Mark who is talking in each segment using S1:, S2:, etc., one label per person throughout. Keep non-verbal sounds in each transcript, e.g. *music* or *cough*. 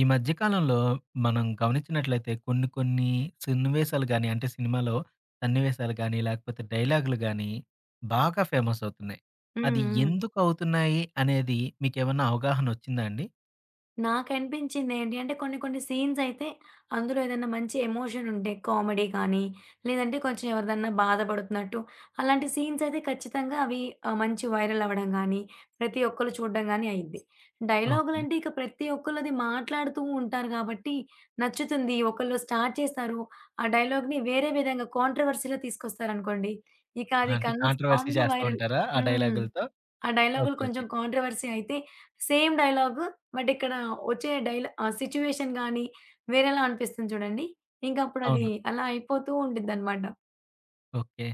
S1: ఈ మధ్య కాలంలో మనం గమనించినట్లయితే కొన్ని కొన్ని సన్నివేశాలు గాని, అంటే సినిమాలో సన్నివేశాలు గాని, లేకపోతే డైలాగులు గాని బాగా ఫేమస్ అవుతున్నాయి.
S2: హ్మ్.
S1: అది
S2: హ్మ్.
S1: ఎందుకు అవుతున్నాయి అనేది మీకేమన్నా అవగాహన వచ్చిందా అండి?
S2: నాకనిపించిందేంటి అంటే కొన్ని కొన్ని సీన్స్ అయితే అందులో ఏదైనా మంచి ఎమోషన్ ఉంటే కామెడీ కానీ, లేదంటే కొంచెం ఎవరిదన్నా బాధపడుతున్నట్టు అలాంటి సీన్స్ అయితే ఖచ్చితంగా అవి మంచి వైరల్ అవ్వడం గానీ, ప్రతి ఒక్కళ్ళు చూడడం గానీ అయ్యిద్ది.
S1: ఓకే.
S2: డైలాగులంటే ఇక ప్రతి ఒక్కళ్ళది మాట్లాడుతూ ఉంటారు కాబట్టి నచ్చుతుంది. ఒకళ్ళు స్టార్ట్ చేస్తారు. ఆ డైలాగ్‌ని వేరే విధంగా కాంట్రోవర్సీ‌లో తీసుకొస్తారనుకోండి, ఇక అది
S1: అంటే కాంట్రోవర్సీ
S2: కన్ఫామ్‌గా
S1: చేస్తూ
S2: వైరల్.
S1: ఉంటారా ఆ
S2: హ్మ్.
S1: డైలాగులతో?
S2: ఆ డైలాగులు
S1: ఓకే.
S2: కొంచెం
S1: ఓకే.
S2: కాంట్రోవర్సీ అయితే, సేమ్ డైలాగు బట్ ఇక్కడ వచ్చే డైలా ఆ సిట్యుయేషన్ గానీ, వేరేలా అనిపిస్తుంది చూడండి. ఇంకప్పుడది
S1: అవును.
S2: అలా అయిపోతూ ఉండిద్దనమాట.
S1: ఓకే.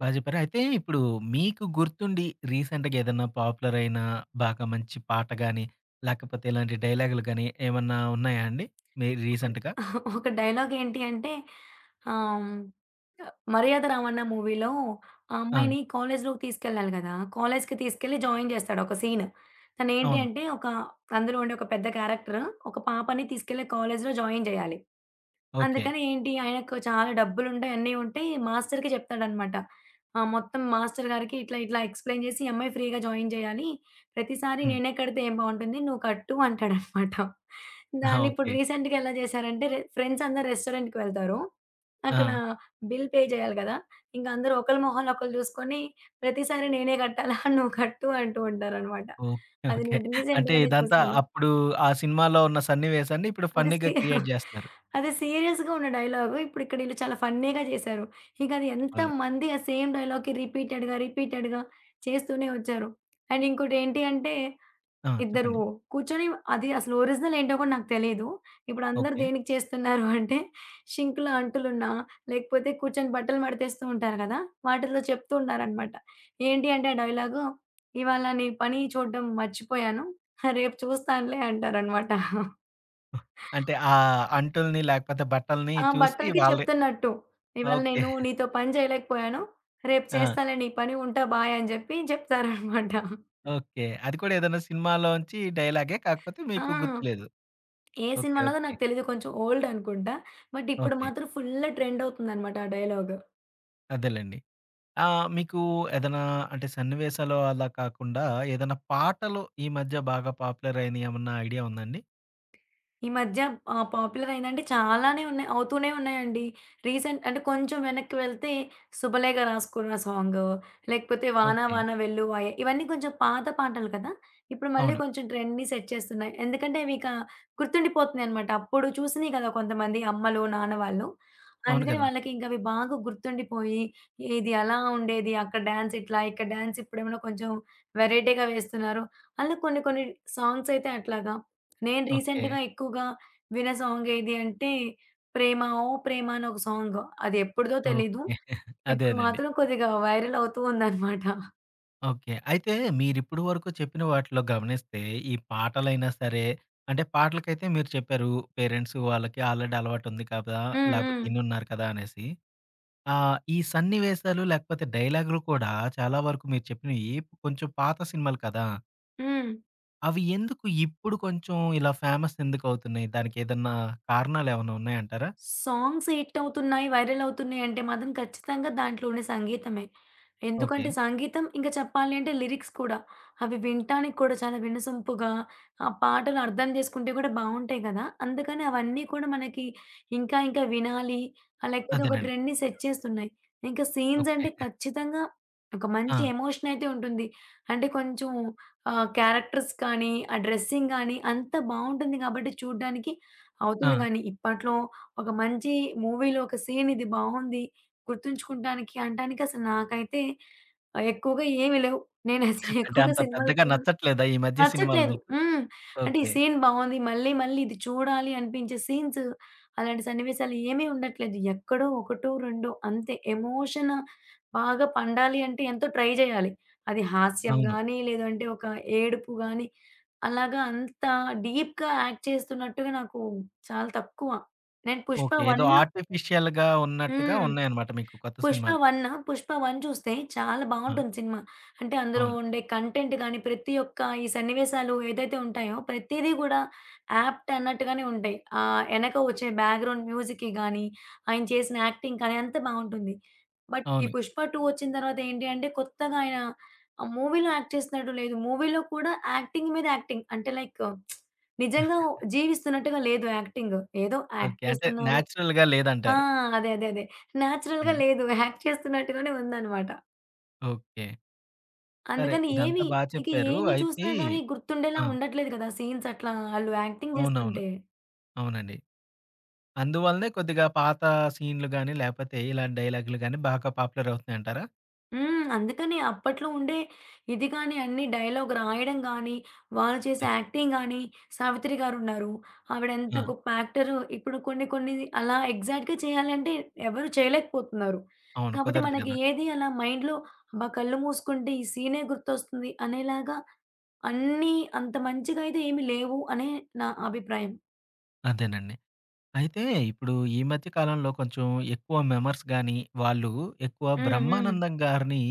S1: బా చెప్పారు. అయితే ఇప్పుడు మీకు గుర్తుండి రీసెంట్‌గా ఏదన్నా పాపులర్ అయిన బాగా మంచి పాట గాని, లేకపోతే ఇలాంటి డైలాగులు గాని ఏమన్నా ఉన్నాయా అండి? మీరు
S2: ఒక
S1: రీసెంట్‌గా?
S2: ఒక డైలాగేంటి అంటే, ఆహ్, హ్మ్, 'మర్యాద రామన్న' మూవీలో ఆ
S1: ఆ!
S2: అమ్మాయిని కాలేజ్‌లోకి తీసుకెళ్ళాలి గదా! కాలేజ్‌కి తీసుకెళ్ళి జాయిన్ జేస్తాడు ఒక సీన్. తనేంటి
S1: అవును.
S2: అంటే, ఒక అందులో ఉండే ఒక పెద్ద క్యారెక్టర్ ఒక పాపని తీసుకెళ్ళి కాలేజ్‌లో జాయిన్ జేయాలి.
S1: ఓకే.
S2: అందుకని ఏంటి, ఆయనకు చాలా డబ్బులుంటాయి, అన్నీ ఉంటాయి. మాస్టర్‌కి చెప్తాడనమాట. మొత్తం మాస్టర్ గారికి ఇట్లా, ఇట్లా ఎక్స్‌ప్లెయిన్ చేసి, "ఈ అమ్మాయి ఫ్రీగా జాయిన్ చేయాలి. ప్రతిసారి
S1: హ్మ్.
S2: నేనే కడితే ఏం బావుంటుంది. నువ్వు కట్టు" అంటాడనమాట.
S1: ఆహా!
S2: దాన్ని ఇప్పుడు
S1: ఓకే.
S2: రీసెంట్‌గా ఎలా చేశారంటే, ఫ్రెండ్స్ అందరూ రెస్టారెంట్‌కి వెళ్తారు. అక్కడ
S1: ఆ!
S2: బిల్ పే చేయాలి కదా! ఇంక అందరూ ఒకళ్ళ మొహాలు ఒకళ్ళు చూసుకొని, "ప్రతిసారి నేనే కట్టాలా? నువ్వు కట్టు" అంటూ ఉంటారనమాట.
S1: ఓకే.
S2: అది
S1: ఓకే.
S2: నేను
S1: అంటే
S2: రీసెంట్‌గానే
S1: ఇదంతా
S2: చూసాను.
S1: అప్పుడు ఆ సినిమాలో ఉన్న సన్నివేశాన్ని ఇప్పుడు
S2: అది
S1: ఫన్నీగా
S2: సీ
S1: క్రియేట్
S2: *laughs*
S1: జేస్తున్నారు.
S2: అది సీరియస్‌గా ఉన్న డైలాగు. ఇప్పుడిక్కడ ఈళ్ళు చాలా ఫన్నీగా చేశారు. ఇక అది
S1: అవును.
S2: ఎంతమంది ఆ సేమ్ డైలాగ్‌కి రిపీటెడ్‌గా, రిపీటెడ్‌గా చేస్తూనే వచ్చారు. అండ్ ఇంకోటేంటి అంటే,
S1: ఆ!
S2: ఇద్దరు
S1: చెప్పండి.
S2: కూర్చొని అది అసలు ఒరిజినల్ ఏంటో కూడా నాకు తెలీదు. ఇప్పుడందరూ
S1: ఓకే.
S2: దేనికి చేస్తున్నారు *laughs* అంటే, షింక్‌లో అంటులున్నా, లేకపోతే కూర్చొని బట్టలు మడతేస్తూ ఉంటారు కదా! వాటిల్లో చెప్తూ ఉన్నారనమాట. ఏంటి అంటే ఆ డైలాగు, "ఇవాళ నీ పని చూడడం మర్చిపోయాను. రేపు చూస్తానులే" అంటారనమాట.
S1: అంటే ఆ అంటుల్ని లేకపోతే బట్టల్ని
S2: ఆ!
S1: చూసి
S2: బట్టలకి
S1: వాళ్ళే
S2: చెప్తున్నట్టు. ఇవాళ
S1: ఓకే.
S2: నేను నీతో పని చేయలేకపోయాను. రేపు
S1: ఆ!
S2: చేస్తాలే నీ పని ఉంటా బాయ్ అని జెప్పి చెప్తారనమాట.
S1: ఓకే. అది కూడా ఏదైనా సినిమాలోంచి డైలాగే కాకపోతే
S2: ఆ!
S1: మీకు గుర్తులేదు.
S2: ఏ
S1: ఓకే.
S2: సినిమాలోదో
S1: ఓకే.
S2: నాకు తెలీదు. కొంచెం ఓల్డ్ అనుకుంటా. బట్ ఇప్పుడు
S1: ఓకే.
S2: మాత్రం ఫుల్ ట్రెండ్ అవుతుందనమాట ఆ డైలాగ్.
S1: అదేలెండి. మీకు ఏదైనా అంటే సన్నివేశాలు అలా కాకుండా ఏదైనా పాటలు ఈ మధ్య బాగా పాపులర్ అయినయి ఏమన్నా ఐడియా ఉందా అండి?
S2: ఈ మధ్య పాపులర్ అయిందంటే చాలానే ఉన్నాయి. అవుతూనే ఉన్నాయండి. రీసెంట్ అంటే కొంచెం వెనక్కి వెళ్తే 'శుభలేఖ రాసుకున్న' సాంగు, లేకపోతే 'వాన
S1: ఓకే.
S2: వాన వెల్లువాయే' ఇవన్నీ కొంచెం పాత పాటలు కదా! ఇప్పుడు మళ్ళీ
S1: అవును.
S2: కొంచెం ట్రెండ్‌ని సెట్ చేస్తున్నాయి. ఎందుకంటే అవి ఇక గుర్తుండిపోతున్నాయన్నమాట. అప్పుడు చూసినయి కదా! కొంతమంది అమ్మలు, నాన్న వాళ్ళు.
S1: అవును
S2: అందుకని
S1: గదా!
S2: వాళ్ళకి ఇంక అవి బాగా గుర్తుండిపోయి, ఇది అలా ఉండేది, అక్కడ డాన్స్ ఇట్లా, ఇక్కడ డాన్స్ ఇప్పుడేమన్నా కొంచెం వెరైటీగా వేస్తున్నారు. అలా కొన్ని కొన్ని సాంగ్స్ అయితే అట్లాగా నేను
S1: ఓకే.
S2: రీసెంట్‌గా ఎక్కువగా విన్న సాంగ్ ఏది అంటే 'ప్రేమ ఓ ప్రేమ' అని ఒక సాంగ్. అది ఎప్పుడుదో
S1: ఓకే.
S2: తెలీదు.
S1: *laughs*
S2: ఇప్పుడు
S1: అదేనండి.
S2: మాత్రం కొద్దిగా వైరల్ అవుతూ ఉందన్నమాట.
S1: ఓకే. అయితే మీరిప్పటి వరకు చెప్పిన వాటిలో గమనిస్తే ఈ పాటలైనా సరే, అంటే పాటలకైతే మీరు చెప్పారు పేరెంట్స్ వాళ్ళకి ఆల్రెడీ అలవాటుంది కదా!
S2: హ్మ్.
S1: లేకపోతే
S2: హ్మ్.
S1: ఇనున్నారు కదా! అనేసి. ఈ సన్నివేశాలు లేకపోతే డైలాగులు కూడా చాలా వరకు మీరు చెప్పినవి కొంచెం పాత సినిమాలు కదా!
S2: హ్మ్.
S1: అవి ఎందుకు ఇప్పుడు కొంచెం ఇలా ఫేమస్ ఎందుకవుతున్నాయి? దానికేదన్నా కారణాలేమన్నా ఉన్నాయంటారా?
S2: సాంగ్స్ హిట్ అవుతున్నాయి, వైరల్ అవుతున్నాయి అంటే మాత్రం ఖచ్చితంగా దాంట్లో ఉండే సంగీతమే.
S1: ఓకే.
S2: ఎందుకంటే సంగీతం ఇంకా చెప్పాలి అంటే లిరిక్స్ కూడా. అవి వినటానికి కూడా చాలా వినసొంపుగా, ఆ పాటలు అర్థం చేసుకుంటే కూడా బావుంటాయి కదా! అందుకని అవన్నీ కూడా మనకి ఇంకా ఇంకా వినాలి లేకపోతే ఒక
S1: అదేనండి.
S2: ట్రెండ్‌ని సెట్ చేస్తున్నాయి. ఇంకా సీన్స్
S1: ఓకే.
S2: అంటే ఖచ్చితంగా ఒక
S1: ఆ!
S2: మంచి ఎమోషన్ అయితే ఉంటుంది. అంటే కొంచెం క్యారెక్టర్స్ కానీ, ఆ డ్రెస్సింగ్ గానీ అంతా బావుంటుంది కాబట్టి చూడ్డానికి
S1: ఆ!
S2: అవుతుంది గానీ ఇప్పట్లో ఒక మంచి మూవీలో ఒక సీన్ ఇది బావుంది. గుర్తుంచుకుంటానికి, అంటానికి అసలు నాకైతే ఎక్కువగా ఏమి లేవు. నేను అసలు
S1: అంటే
S2: ఎక్కువగా
S1: అంత
S2: సినిమాలు
S1: పెద్దగా
S2: చూడను.
S1: నచ్చట్లేదా ఈ మధ్య సినిమాలు
S2: నచ్చట్లేదు.
S1: మీకు?
S2: హ్మ్. అంటే ఈ
S1: ఓకే.
S2: సీన్ బావుంది. మళ్ళీ మళ్ళీ ఇది చూడాలి అనిపించే సీన్స్, అలాంటి సన్నివేశాలు ఏమీ ఉండట్లేదు. ఎక్కడో ఒకటో, రెండో అంతే. ఎమోషన్ బాగా పండాలి అంటే ఎంతో ట్రై జేయాలి. అది హాస్యం
S1: అవును.
S2: గానీ, లేదంటే ఒక ఏడుపు గానీ, అలాగా అంత డీప్‌గా యాక్ట్ చేస్తున్నట్టుగా నాకు చాలా తక్కువ. నేను 'పుష్ప
S1: ఓకే. ఏదో
S2: 1'
S1: ఆర్టిఫిషియల్‌గా ఉన్నట్టుగా
S2: హ్మ్.
S1: ఉన్నాయన్నమాట మీకు కొత్త
S2: 'పుష్ప
S1: సినిమాలు.
S2: 1' 'పుష్ప 1' చూస్తే చాలా
S1: ఆ!
S2: బావుంటుంది సినిమా. అంటే అందులో
S1: అవును.
S2: ఉండే కంటెంట్ గాని, ప్రతి ఒక్క ఈ సన్నివేశాలు ఏదైతే ఉంటాయో ప్రతీదీ గూడా యాప్ట్ అన్నట్టుగానే ఉంటాయి. ఎనక వచ్చే బ్యాక్‌గ్రౌండ్ మ్యూజిక్‌కి గాని, ఆయన చేసిన యాక్టింగ్ కానీ అంతా బావుంటుంది. బట్ ఈ
S1: అవును.
S2: 'పుష్ప 2' వచ్చిన తర్వాత ఏంటి అంటే కొత్తగా ఆయన ఆ మూవీలో యాక్ట్ చేసినట్టు లేదు. మూవీలో కూడా యాక్టింగ్ మీద యాక్టింగ్. అంటే లైక్ నిజంగా జీవిస్తున్నట్టుగా లేదు యాక్టింగ్. ఏదో యాక్ట్
S1: ఓకే. అంటే
S2: చేస్తున్నారు.
S1: నేచురల్‌గా
S2: ఆ!
S1: లేదంటారు.
S2: అదే. నేచురల్‌గా
S1: హ్మ్.
S2: లేదు. యాక్ట్ చేస్తున్నట్టుగానే ఉందనమాట.
S1: ఓకే. సరే
S2: అందుకని
S1: ఇదంతా
S2: ఏమి
S1: బా
S2: ఇక
S1: చెప్పారు.
S2: ఏమి
S1: అయితే
S2: చూసినా గాని గుర్తుండేలా
S1: ఆ!
S2: ఉండట్లేదు కదా! సీన్స్ అట్లా ఆళ్ళు యాక్టింగ్
S1: అవునవును.
S2: చేస్తుంటే.
S1: అవునండి. అందువల్లనే కొద్దిగా పాత సీన్‌లు గాని, లేపోతే ఇలాంటి డైలాగ్‌లు గాని బాగా పాపులర్ అవుతున్నాయంటారా?
S2: హ్మ్. అందుకనే అప్పట్లో ఉండే ఇది గాని, అన్ని డైలాగ్ రాయడం గాని, వాళ్ళు చేసే
S1: అదే.
S2: యాక్టింగ్ గాని, 'సావిత్రి' గారున్నారు. ఆవిడ ఎంత
S1: ఆ!
S2: గొప్ప యాక్టరు. ఇప్పుడు కొన్ని కొన్ని అలా ఎగ్జాక్ట్‌గా చేయాలంటే ఎవరు చేయలేకపోతున్నారు.
S1: అవును.
S2: కాబట్టి
S1: కుదరదు
S2: మనకి
S1: గదా!
S2: ఏది అలా మైండ్‌లో అబ్బా! కళ్ళు మూసుకుంటే ఈ సీనే గుర్తొస్తుంది అనేలాగా అన్నీ అంత మంచిగా అయితే ఏమి లేవు అనే నా అభిప్రాయం.
S1: అదేనండి. అయితే ఇప్పుడు ఈ మధ్య కాలంలో కొంచెం ఎక్కువ మెమర్స్ గాని, వాళ్ళు ఎక్కువ
S2: హ్మ్. హ్మ్.
S1: బ్రహ్మానందం గారిని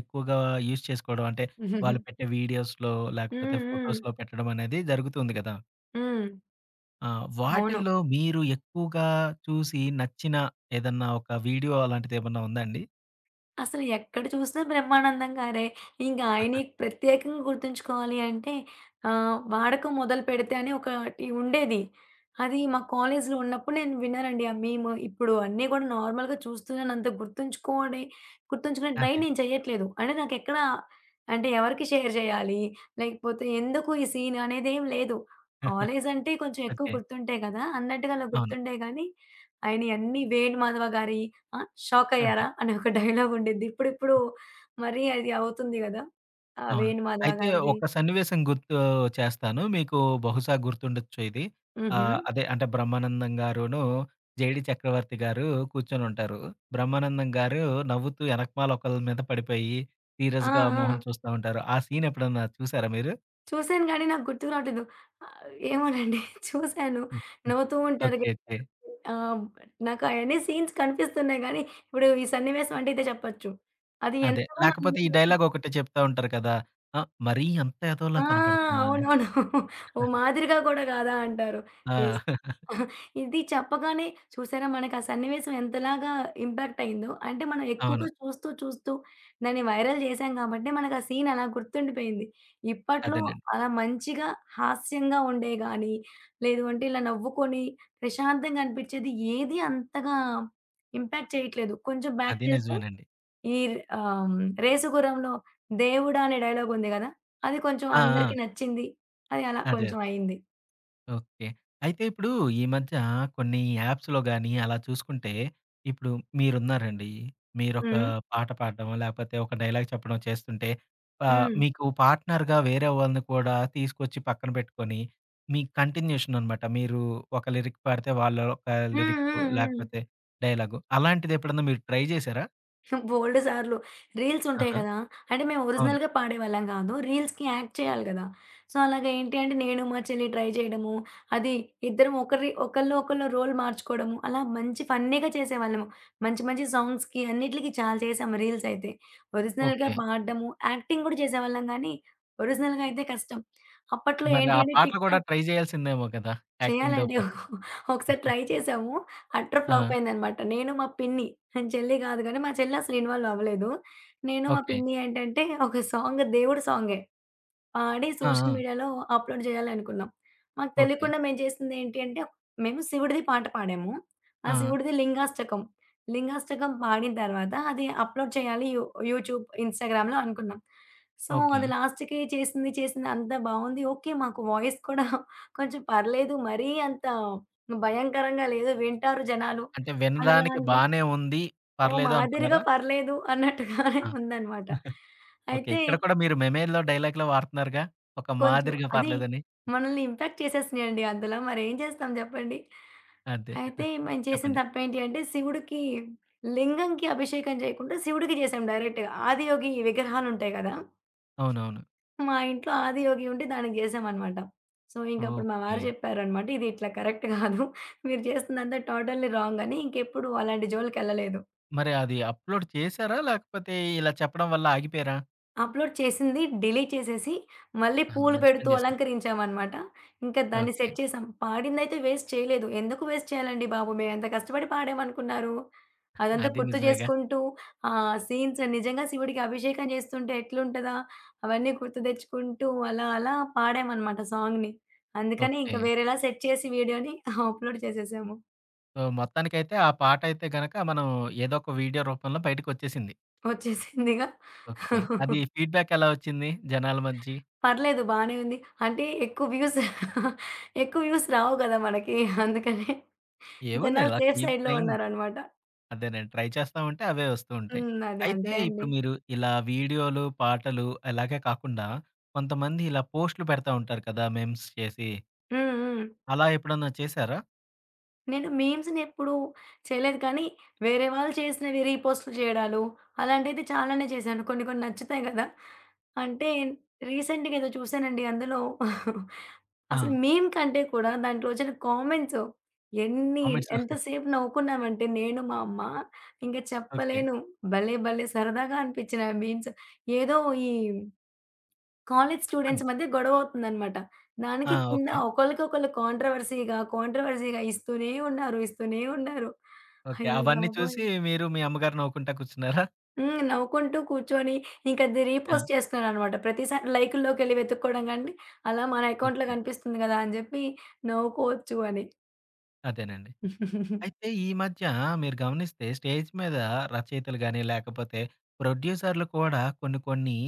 S1: ఎక్కువగా యూజ్ చేసుకోవడం. అంటే
S2: హ్మ్.
S1: వాళ్ళు పెట్టే వీడియోస్‌లో లేకపోతే
S2: హ్మ్.
S1: ఫోటోస్‌లో పెట్టడం అనేది జరుగుతుంది గదా!
S2: హ్మ్. *laughs*
S1: ఆ!
S2: అవును.
S1: వాటిల్లో మీరు ఎక్కువగా చూసి నచ్చిన ఏదన్నా ఒక వీడియో అలాంటిదేమన్నా ఉందా అండి?
S2: అసలు ఎక్కడ చూసినా బ్రహ్మానందం గారే. ఇంక ఆయన్ని ప్రత్యేకంగా గుర్తుంచుకోవాలి అంటే వాడకం మొదలుపెడితే అని ఒకటి ఉండేది. అది మా కాలేజ్‌లో ఉన్నప్పుడు నేను విన్నానండి. ఆ మీమ్. ఇప్పుడు అన్నీ గూడా నార్మల్‌గా చూస్తున్నానంత గుర్తుంచుకునే ట్రై
S1: అదే.
S2: నేను చేయట్లేదు. అంటే ఎవరికి షేర్ చేయాలి? లేకపోతే ఎందుకు ఈ సీన్ అనేదేం లేదు.
S1: *laughs*
S2: కాలేజ్ అంటే కొంచెం ఎక్కువ
S1: ఓకే.
S2: గుర్తుంటాయి గదా! అన్నట్టుగా అలా
S1: అవును.
S2: గుర్తుండే గానీ, ఆయనయి అన్నీ 'వేణు మాధవ' గారి ఆ!
S1: అంతే.
S2: షాకయ్యారా? అనే ఒక డైలాగ్ ఉండిద్ది. ఇప్పుడిప్పుడు మరీ అది అవుతుంది గదా! ఆ!
S1: అవును.
S2: వేణుమాధవ
S1: అయితే
S2: గారిది.
S1: ఒక సన్నివేశం గుర్తు చేస్తాను. మీకు బహుశా గుర్తుండొచ్చు ఇది.
S2: హుహు.
S1: అదే అంటే బ్రహ్మానందం గారును, జేడీ చక్రవర్తి గారు కూర్చొనుంటారు. బ్రహ్మానందం గారు నవ్వుతూ ఎనకమాల ఒకళ్ళ మీద పడిపోయి
S2: ఆ!
S1: సీరియస్‌గా మొహం
S2: ఆ!
S1: చూస్తా ఉంటారు. ఆ సీన్ ఎప్పుడన్నా చూసారా మీరు?
S2: చూసాను గానీ నాకు గుర్తుకు రావట్లేదు. ఆహ్, ఏమోనండి *laughs* చూసాను.
S1: ఉహు.
S2: నవ్వుతూ ఉంటారు గా
S1: ఓకే. ఓకే.
S2: ఆహ్, నాకు అయన్నీ సీన్స్ కనిపిస్తున్నాయి గానీ, ఇప్పుడు ఈ సన్నివేశం అంటే ఇదే చెప్పొచ్చు. అది
S1: అదే.
S2: ఎంతగా మనల్ని
S1: లేకపోతే ఈ డైలాగ్ ఒకటి చెప్తా ఉంటారు కదా! ఆ! మరీ అంత ఎదవలా
S2: ఆ!
S1: కనపడుతున్నానని.
S2: అవునవును. ఓ మాదిరిగా గూడా గాదా అంటారు. ఎస్.
S1: ఆ! *laughs*
S2: ఇది చెప్పగానే చూసారా మనకు ఆ సన్నివేశం ఎంతలాగా ఇంపాక్ట్ అయిందో. అంటే మనం
S1: అవును.
S2: ఎక్కువగా చూస్తూ, చూస్తూ దాన్ని వైరల్ చేశాం కాబట్టి మనకు ఆ సీన్ అలా గుర్తుండిపోయింది. ఇప్పట్లో
S1: అదేనండి.
S2: అలా మంచిగా హాస్యంగా ఉండేవి గాని, లేదు అంటే ఇలా నవ్వుకొని ప్రశాంతంగా అనిపించేది ఏది అంతగా ఇంపాక్ట్ చేయట్లేదు. కొంచెం
S1: అది
S2: బ్యాక్‌కెళ్తే
S1: నిజమేనండి.
S2: ఈ ఆహ్, 'రేసుగుర్రంలో దేవుడా' అనే డైలాగ్ ఉంది గదా! అది కొంచెం
S1: ఆ! ఆ! అదే.
S2: అందరికి నచ్చింది. అది అలా
S1: అదే.
S2: కొంచెం అయింది.
S1: ఓకే. అయితే ఇప్పుడు ఈ మధ్య కొన్ని యాప్స్‌లో గాని అలా చూసుకుంటే, ఇప్పుడు మీరున్నారండి. మీరొక
S2: హ్మ్.
S1: పాట పాడడమో, లేకపోతే ఒక డైలాగ్ చెప్పడం చేస్తుంటే,
S2: హ్మ్.
S1: మీకు పార్ట్‌నర్‌గా వేరే వాళ్ళని కూడా తీసుకొచ్చి పక్కన పెట్టుకొని, మీ కంటిన్యూషన్ అనమాట. మీరు ఒక లిరిక్ పాడితే వాళ్ళు ఒక
S2: హ్మ్.
S1: లిరిక్
S2: హ్మ్. హ్మ్.
S1: లేకపోతే డైలాగు. అలాంటిదెప్పుడన్నా మీరు ట్రై చేశారా?
S2: బోలెడు సార్లు. రీల్స్ ఉంటాయి
S1: ఆహా!
S2: గదా! అంటే మేము
S1: అవును.
S2: ఒరిజినల్‌గా పాడేవాళ్ళం గాదు. రీల్స్‌కి యాక్ట్ చేయాలి గదా! సో, అలాగ ఏంటి అంటే నేను మా చెల్లి ట్రై చేయడము. అది ఇద్దరం ఒకరి ఒకళ్ళు ఒకళ్ళు రోల్ మార్చుకోవడము. అలా మంచి ఫన్నీగా చేసేవాళ్ళము. మంచి మంచి సాంగ్స్‌కి అన్నిట్లికి చాలా చేశాము రీల్స్ అయితే. ఒరిజినల్‌గా
S1: ఓకే.
S2: పాడడము, యాక్టింగ్ గూడా చేసేవాళ్ళం గానీ ఒరిజినల్‌గా అయితే కష్టం. అప్పట్లో
S1: మరి
S2: ఏంటి
S1: ఆ
S2: అంటే
S1: పాటలు
S2: టిక్
S1: కూడా
S2: టాక్
S1: ట్రై చేయాల్సిందేమో కదా! యాక్టింగ్‌తో
S2: చేయాలండి.
S1: పాటు.
S2: ఒకసారి ట్రై చేసాము. అట్టర్ ఫ్లాప్
S1: ఆ!
S2: అయిందనమాట. నేను మా పిన్ని చెల్లి గాదు గానీ, మా చెల్లి అసలు ఇన్వాల్వ్ అవ్వలేదు. నేను మా
S1: ఓకే.
S2: పిన్ని ఏంటంటే, ఒక సాంగ్ దేవుడి సాంగే. పాడి
S1: ఆ!
S2: సోషల్
S1: ఆ!
S2: మీడియాలో అప్‌లోడ్ జేయాలనుకున్నాం. మాకు
S1: ఓకే.
S2: తెలియకుండా మేము చేసిందేంటి అంటే, మేము శివుడిది పాట పాడాము. ఆ
S1: ఆ!
S2: శివుడిది లింగాష్టకం. లింగాష్టకం పాడిన తర్వాత అది అప్‌లోడ్ చేయాలి యూట్యూబ్, ఇన్‌స్టాగ్రామ్‌లో అనుకున్నాం. So,
S1: okay.
S2: అది లాస్ట్‌కి చేసింది చేసింది అంతా బావుంది. ఓకే. మాకు వాయిస్ కూడా కొంచెం పర్లేదు. మరీ అంత భయంకరంగా లేదు. వింటారు జనాలు
S1: అంటే
S2: అనలా
S1: వినడానికి
S2: అనిపి
S1: బానే ఉంది.
S2: ఓ
S1: పర్లేదు
S2: మాదిరిగా
S1: అనుకున్నారా?
S2: పర్లేదు అన్నట్టుగానే
S1: ఆ!
S2: ఉందనమాట.
S1: ఓకే.
S2: అయితే
S1: ఇక్కడ కూడా మీరు 'మెమే'లో డైలాగ్‌లో వాడుతున్నారుగా! ఒక
S2: కొంచెం
S1: మాదిరిగా
S2: అది
S1: పర్లేదని.
S2: మనల్ని ఇంపాక్ట్ చేసేసినాయండి అందులో మరేం చేస్తాం జెప్పండి.
S1: అదే.
S2: అయితే మేము చేసిన
S1: చెప్పండి.
S2: తప్పేంటి అంటే శివుడికి లింగంకి అభిషేకం చేయకుండా శివుడికి చేసాం డైరెక్ట్‌గా. ఆదియోగి విగ్రహాలుంటాయి గదా!
S1: అవునవును.
S2: మా ఇంట్లో ఆదియోగి ఉంటే దానికి జేసామనమాట. సో, ఇంకప్పుడు మా
S1: ఓకే.
S2: వారు జెప్పారనమాట. "ఇది ఇట్లా కరెక్ట్ గాదు. మీరు చేస్తుందంతా టోటల్లీ రాంగ్" అని ఇంకెప్పుడు అలాంటి జోలికెళ్ళలేదు.
S1: మరి అది అప్‌లోడ్ చేసారా? లేకపోతే ఇలా చెప్పడం వల్ల ఆగిపోయారా?
S2: అప్‌లోడ్ చేసింది డిలీట్ చేసేసి, మళ్ళీ
S1: ఆహా!
S2: పూలు
S1: మంచి
S2: పెడుతూ
S1: పని చేశారు.
S2: అలంకరించామనమాట. ఇంకా దాన్ని
S1: ఓకే.
S2: సెట్ చేసాం. పాడిందయితే వేస్ట్ చేయలేదు. ఎందుకు వేస్ట్ చేయాలండి బాబు! మేమంత కష్టపడి పాడామనుకున్నారు. అదంతా
S1: అది
S2: గుర్తు
S1: నిజమేగా!
S2: చేసుకుంటూ, ఆ సీన్స్ నిజంగా శివుడికి అభిషేకం చేస్తుంటే ఎట్లుంటదా? అవన్నీ గుర్తు తెచ్చుకుంటూ అలా అలా పాడామనమాట సాంగ్‌ని. అందుకని
S1: ఓకే.
S2: ఇంక వేరేలా సెట్ చేసి వీడియోని *laughs* అప్‌లోడ్ చేసేసాము.
S1: సో, మొత్తానికైతే ఆ పాటయితే గనక మనం ఏదో ఒక వీడియో రూపంలో బయటకొచ్చేసింది.
S2: వచ్చేసిందిగా.
S1: ఓకే. అది ఫీడ్‌బ్యాక్ ఎలా వచ్చింది జనాల మధ్య?
S2: పర్లేదు బానే ఉంది. అంటే ఎక్కువ వ్యూస్ *laughs* ఎక్కువ వ్యూస్ రావు గదా! మనకి. అందుకనే
S1: ఏముంది
S2: జనాలు
S1: అలా
S2: సేఫ్
S1: కీప్
S2: సైడ్‌లో
S1: ట్రైయింగ్.
S2: ఉన్నారనమాట.
S1: అదేనండి. ట్రై చేస్తా ఉంటే అవే వస్తూ ఉంటాయి.
S2: హ్మ్. అదే
S1: అయితే
S2: అంతే
S1: ఇప్పుడు
S2: అండి.
S1: మీరు ఇలా వీడియోలు, పాటలు ఇలాగే కాకుండా కొంతమంది ఇలా పోస్ట్‌లు పెడతా ఉంటారు కదా! మీమ్స్ చేసి.
S2: హ్మ్. హ్మ్.
S1: అలా ఎప్పుడన్నా చేశారా?
S2: నేను మీమ్స్‌నెప్పుడూ చేయలేదు. కానీ, వేరే వాళ్ళు చేసినవి రీపోస్ట్‌లు చేయడాలు, అలాంటిది చాలానే చేశాను. కొన్ని కొన్ని నచ్చుతాయి గదా! అంటే రీసెంట్‌గా ఏదో చూశానండి. అందులో
S1: ఆ!
S2: అసలు మీమ్ కంటే కూడా దాంట్లో వచ్చిన కామెంట్స్ ఎన్ని
S1: కామెంట్స్
S2: ఎంత
S1: *laughs*
S2: సేపు నవ్వుకున్నామంటే నేను, మా అమ్మ ఇంక
S1: ఓకే.
S2: చెప్పలేను. భలే భలే సరదాగా అనిపించినాయి ఆ మీమ్స్. ఏదో ఈ కాలేజ్
S1: చెప్పండి.
S2: స్టూడెంట్స్ మధ్య గొడవవుతుందనమాట.
S1: ఆ!
S2: దానికి కింద
S1: ఓకే.
S2: ఒకళ్ళకొకళ్ళు కాంట్రవర్సీ‌గా, కాంట్రవర్సీ‌గా ఇస్తూనే ఉన్నారు. ఇస్తూనే ఉన్నారు.
S1: ఓకే.
S2: అయ్య
S1: అవన్నీ
S2: బాబోయ్!
S1: చూసి మీరు మీ అమ్మగారు నవ్వుకుంటా కూర్చున్నారా?
S2: హ్మ్. నవ్వుకుంటూ కూర్చొని ఇంక అది
S1: ఆ!
S2: రీపోస్ట్ చేస్తున్నారనమాట. ప్రతిసారి లైకుల్లోకెళ్ళి వెతుక్కోవడం గాని, అలా మన అకౌంట్‌లో
S1: ఓకే.
S2: కనిపిస్తుంది గదా! అని జెప్పి నవ్వుకోవచ్చు అని.
S1: అదేనండి. అయితే ఈ మధ్య మీరు గమనిస్తే స్టేజ్ మీద రచయితలు గాని, లేకపోతే ప్రొడ్యూసర్‌లు కూడా కొన్ని కొన్ని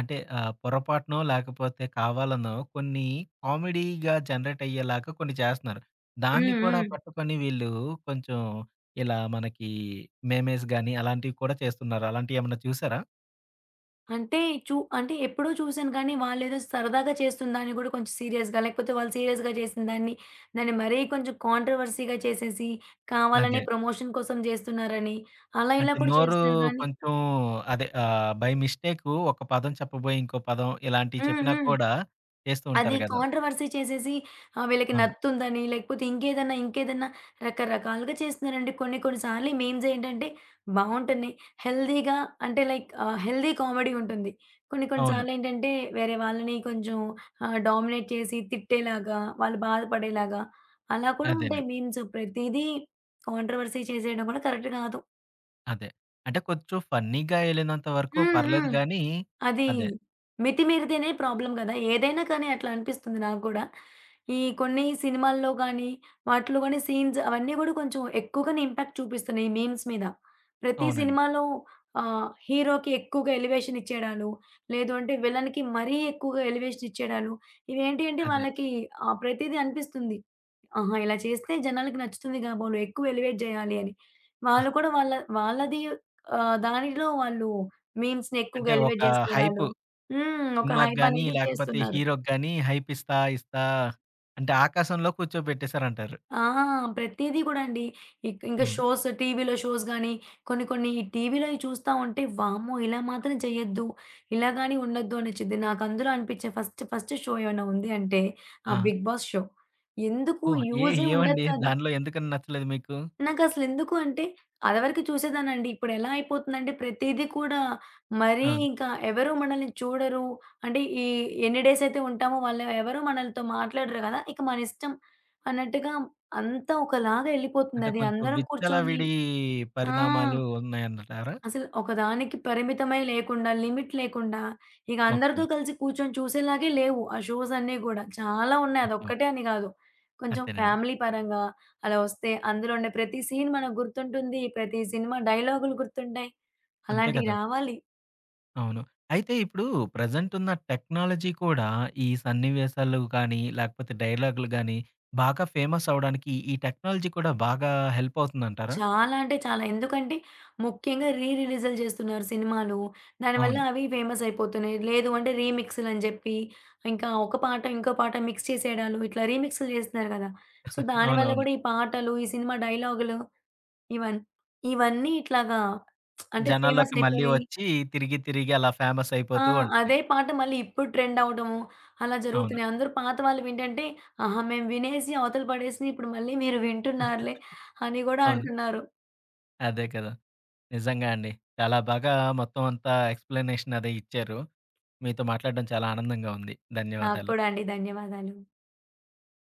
S1: అంటే పొరపాటునో లేకపోతే కావాలనో కొన్ని కామెడీగా జనరేట్ అయ్యేలాగా కొన్ని చేస్తున్నారు.
S2: హ్మ్.
S1: దాన్ని కూడా
S2: హ్మ్.
S1: పట్టుకొని వీళ్ళు కొంచెం ఇలా మనకి మేమేస్ గాని అలాంటివి కూడా చేస్తున్నారు. అలాంటియేమన్నా చూసారా?
S2: అంటే అంటే ఎప్పుడో చూసాను కానీ వాళ్ళేదో సరదాగా చేస్తున్న దాన్ని కూడా కొంచెం సీరియస్‌గా లేకపోతే వాళ్ళు సీరియస్‌గా చేసిన దాన్ని, దాన్ని మరీ కొంచెం కాంట్రోవర్సీ‌గా చేసేసి
S1: అదే.
S2: కావాలనే ప్రమోషన్ కోసం చేస్తున్నారని అలా ఇలా
S1: అంటే
S2: కూడా
S1: నోరు
S2: చేస్తున్నారు కానీ
S1: కొంచెం అదే బై మిస్టేకు ఒక పదం చెప్పబోయి ఇంకో పదం ఇలాంటివి
S2: హ్మ్.
S1: చెప్పినా
S2: హ్మ్.
S1: కూడా చేస్తూ
S2: అది
S1: ఉంటారు గదా!
S2: కాంట్రోవర్సీ చేసేసి వీళ్ళకి
S1: అవును.
S2: నత్తుందని, లేకపోతే ఇంకేదన్నా రకరకాలుగా చేస్తున్నారండి. కొన్ని కొన్ని సార్లు ఈ మీమ్స్ ఏంటంటే బావుంటున్నాయి. హెల్తీగా అంటే లైక్ హెల్తీ కామెడీ ఉంటుంది. కొన్ని కొన్ని
S1: అవును.
S2: సార్లేంటంటే వేరే వాళ్ళని కొంచెం డామినేట్ చేసి తిట్టేలాగా, వాళ్ళు బాధపడేలాగా అలా కూడా ఉంటాయి
S1: అదేనండి.
S2: మీమ్స్. ప్రతీదీ కాంట్రోవర్సీ చేసేయడం కూడా కరెక్ట్ కాదు.
S1: అదే. అంటే కొంచెం ఫన్నీగా ఎళ్ళినంత వరకు
S2: హ్మ్.
S1: పర్లేదు
S2: హ్మ్.
S1: గానీ
S2: అది
S1: అదే.
S2: మితిమీరితేనే ప్రాబ్లమ్ గదా! ఏదైనా కానీ అట్లా అనిపిస్తుంది నాకు గూడా. ఈ కొన్ని సినిమాల్లో గానీ, వాటిలో గానీ సీన్స్ అవన్నీ గూడా కొంచెం ఎక్కువగానే ఇంపాక్ట్ చూపిస్తున్నాయి ఈ మీమ్స్ మీద. ప్రతి
S1: అవునండి.
S2: సినిమాలో హీరోకి ఎక్కువగా ఎలివేషన్ ఇచ్చేయడాలు, లేదు అంటే విలన్‌కి మరీ ఎక్కువగా ఎలివేషన్ ఇచ్చేయడాలు, ఇవేంటి అంటే
S1: అదే.
S2: వాళ్ళకి ప్రతీదీ అనిపిస్తుంది. ఆహా! ఇలా చేస్తే జనాలకి నచ్చుతుంది కాబోలు. ఎక్కువ ఎలివేట్ జేయాలి అని. వాళ్ళు కూడా వాళ్ళ వాళ్ళది దానిలో వాళ్ళు మీమ్స్‌ని ఎక్కువగా
S1: అంటే ఒక
S2: ఎలివేట్
S1: హైపు
S2: జేసుకోవడాలు. హ్మ్. ఒక
S1: సినిమాకి
S2: హైప్
S1: గాని,
S2: అనేది
S1: లేకపోతే
S2: చేస్తున్నారు.
S1: హీరోకి గాని హైప్ ఇస్తా, ఇస్తా అంటే ఆకాశంలో కూర్చోబెట్టేసారంటారు.
S2: ఆ! ప్రతీదీ గూడా అండి. ఇక ఇంకా
S1: హ్మ్.
S2: షోస్ టీవీలో షోస్ గాని, కొన్ని కొన్ని ఈ టీవీలోయి చూస్తా ఉంటే వామ్మో! ఇలా మాత్రం చేయొద్దు. ఇలా గాని ఉండొద్దు అనిచ్చిద్ది. నాకు అందులో అనిపించే ఫస్ట్ ఫస్ట్ షో ఏమైనా ఉంది అంటే ఆ
S1: ఆ!
S2: 'Bigg Boss' show. ఎందుకు
S1: ఓహ్! ఏ
S2: యూజే ఉండదు
S1: ఏవండి
S2: కదా!
S1: దానిలో ఎందుకని నచ్చలేదు మీకు?
S2: నాకసలు ఎందుకు అంటే, అదివరకు చూసేదాన్నండి. ఇప్పుడెలా అయిపోతుందంటే, ప్రతీదీ కూడా మరీ
S1: ఆ!
S2: ఇంకా ఎవరు మనల్ని చూడరు. అంటే, ఈ ఎన్ని డేస్ అయితే ఉంటామో వాళ్ళు ఎవరు మనలతో మాట్లాడరు గదా! ఇక మనిష్టం అన్నట్టుగా అంతా ఒకలాగా
S1: అంటే
S2: ఎళ్ళిపోతుందది.
S1: కొంచెం
S2: అందరం కూర్చొని
S1: విచ్చలవిడి
S2: ఆ!
S1: పరిణామాలు ఉన్నాయంటారా?
S2: అసలు ఒకదానికి పరిమితమై లేకుండా, లిమిట్ లేకుండా, ఇక
S1: ఓకే.
S2: అందరితో కలిసి కూర్చొని చూసేలాగే లేవు ఆ షోస్ అన్నీ గూడా. చాలా ఉన్నాయి.
S1: అయ్యో!
S2: అదొక్కటే అని గాదు. కొంచెం
S1: అంతేనండి.
S2: ఫ్యామిలీ పరంగా అలా వస్తే అందులో ఉండే ప్రతి సీన్ మనకు గుర్తుంటుంది. ప్రతి సినిమా డైలాగులు గుర్తుంటాయి.
S1: అంతే
S2: అలాంటివి
S1: కదా!
S2: రావాలి.
S1: అవును. అయితే ఇప్పుడు ప్రెజెంట్ ఉన్న టెక్నాలజీ కూడా ఈ సన్నివేశాలు గానీ, లేకపోతే డైలాగులు గానీ, బాగా ఫేమస్ అవ్వడానికి ఈ టెక్నాలజీ కూడా బాగా హెల్ప్ అవుతుందంటారా?
S2: చాలా అంటే చాలా. ఎందుకంటే ముఖ్యంగా రీ రిలీజులు చేస్తున్నారు సినిమాలు. దానివల్ల
S1: అవును.
S2: అవి ఫేమస్ అయిపోతున్నాయి. లేదు అంటే రీమిక్స్‌లు అని చెప్పి ఇంకా ఒక పాట, ఇంకో పాట మిక్స్ చేసేయడాలు ఇట్లా రీమిక్స్‌లు చేస్తున్నారు కదా! సో, దానివల్ల
S1: అవునవును.
S2: కూడా ఈ పాటలు, ఈ సినిమా డైలాగులు ఇవన్ ఇవన్నీ ఇట్లాగా అంటే ఫేమస్
S1: జనాల్లోకి మళ్ళీ
S2: అయిపోయి
S1: వచ్చి తిరిగి, తిరిగి అలా ఫేమస్
S2: ఆ!
S1: అయిపోతూ ఉంటుంది.
S2: అదే పాట మళ్ళీ ఇప్పుడు ట్రెండ్ అవ్వడము అలా
S1: అవును.
S2: జరుగుతున్నాయి. అందరూ పాత వాళ్ళవేంటంటే, ఆహా! మేము వినేసి అవతల పడేసి ఇప్పుడు మళ్ళీ మీరు వింటున్నారులే అని కూడా
S1: అవును.
S2: అంటున్నారు.
S1: అదే కదా! నిజంగా అండి. చాలా బాగా మొత్తం అంతా ఎక్స్‌ప్లనేషన్ అదే ఇచ్చారు. మీతో మాట్లాడడం చాలా ఆనందంగా ఉంది.
S2: నాకు
S1: ధన్యవాదాలు.
S2: కూడా అండి. ధన్యవాదాలు.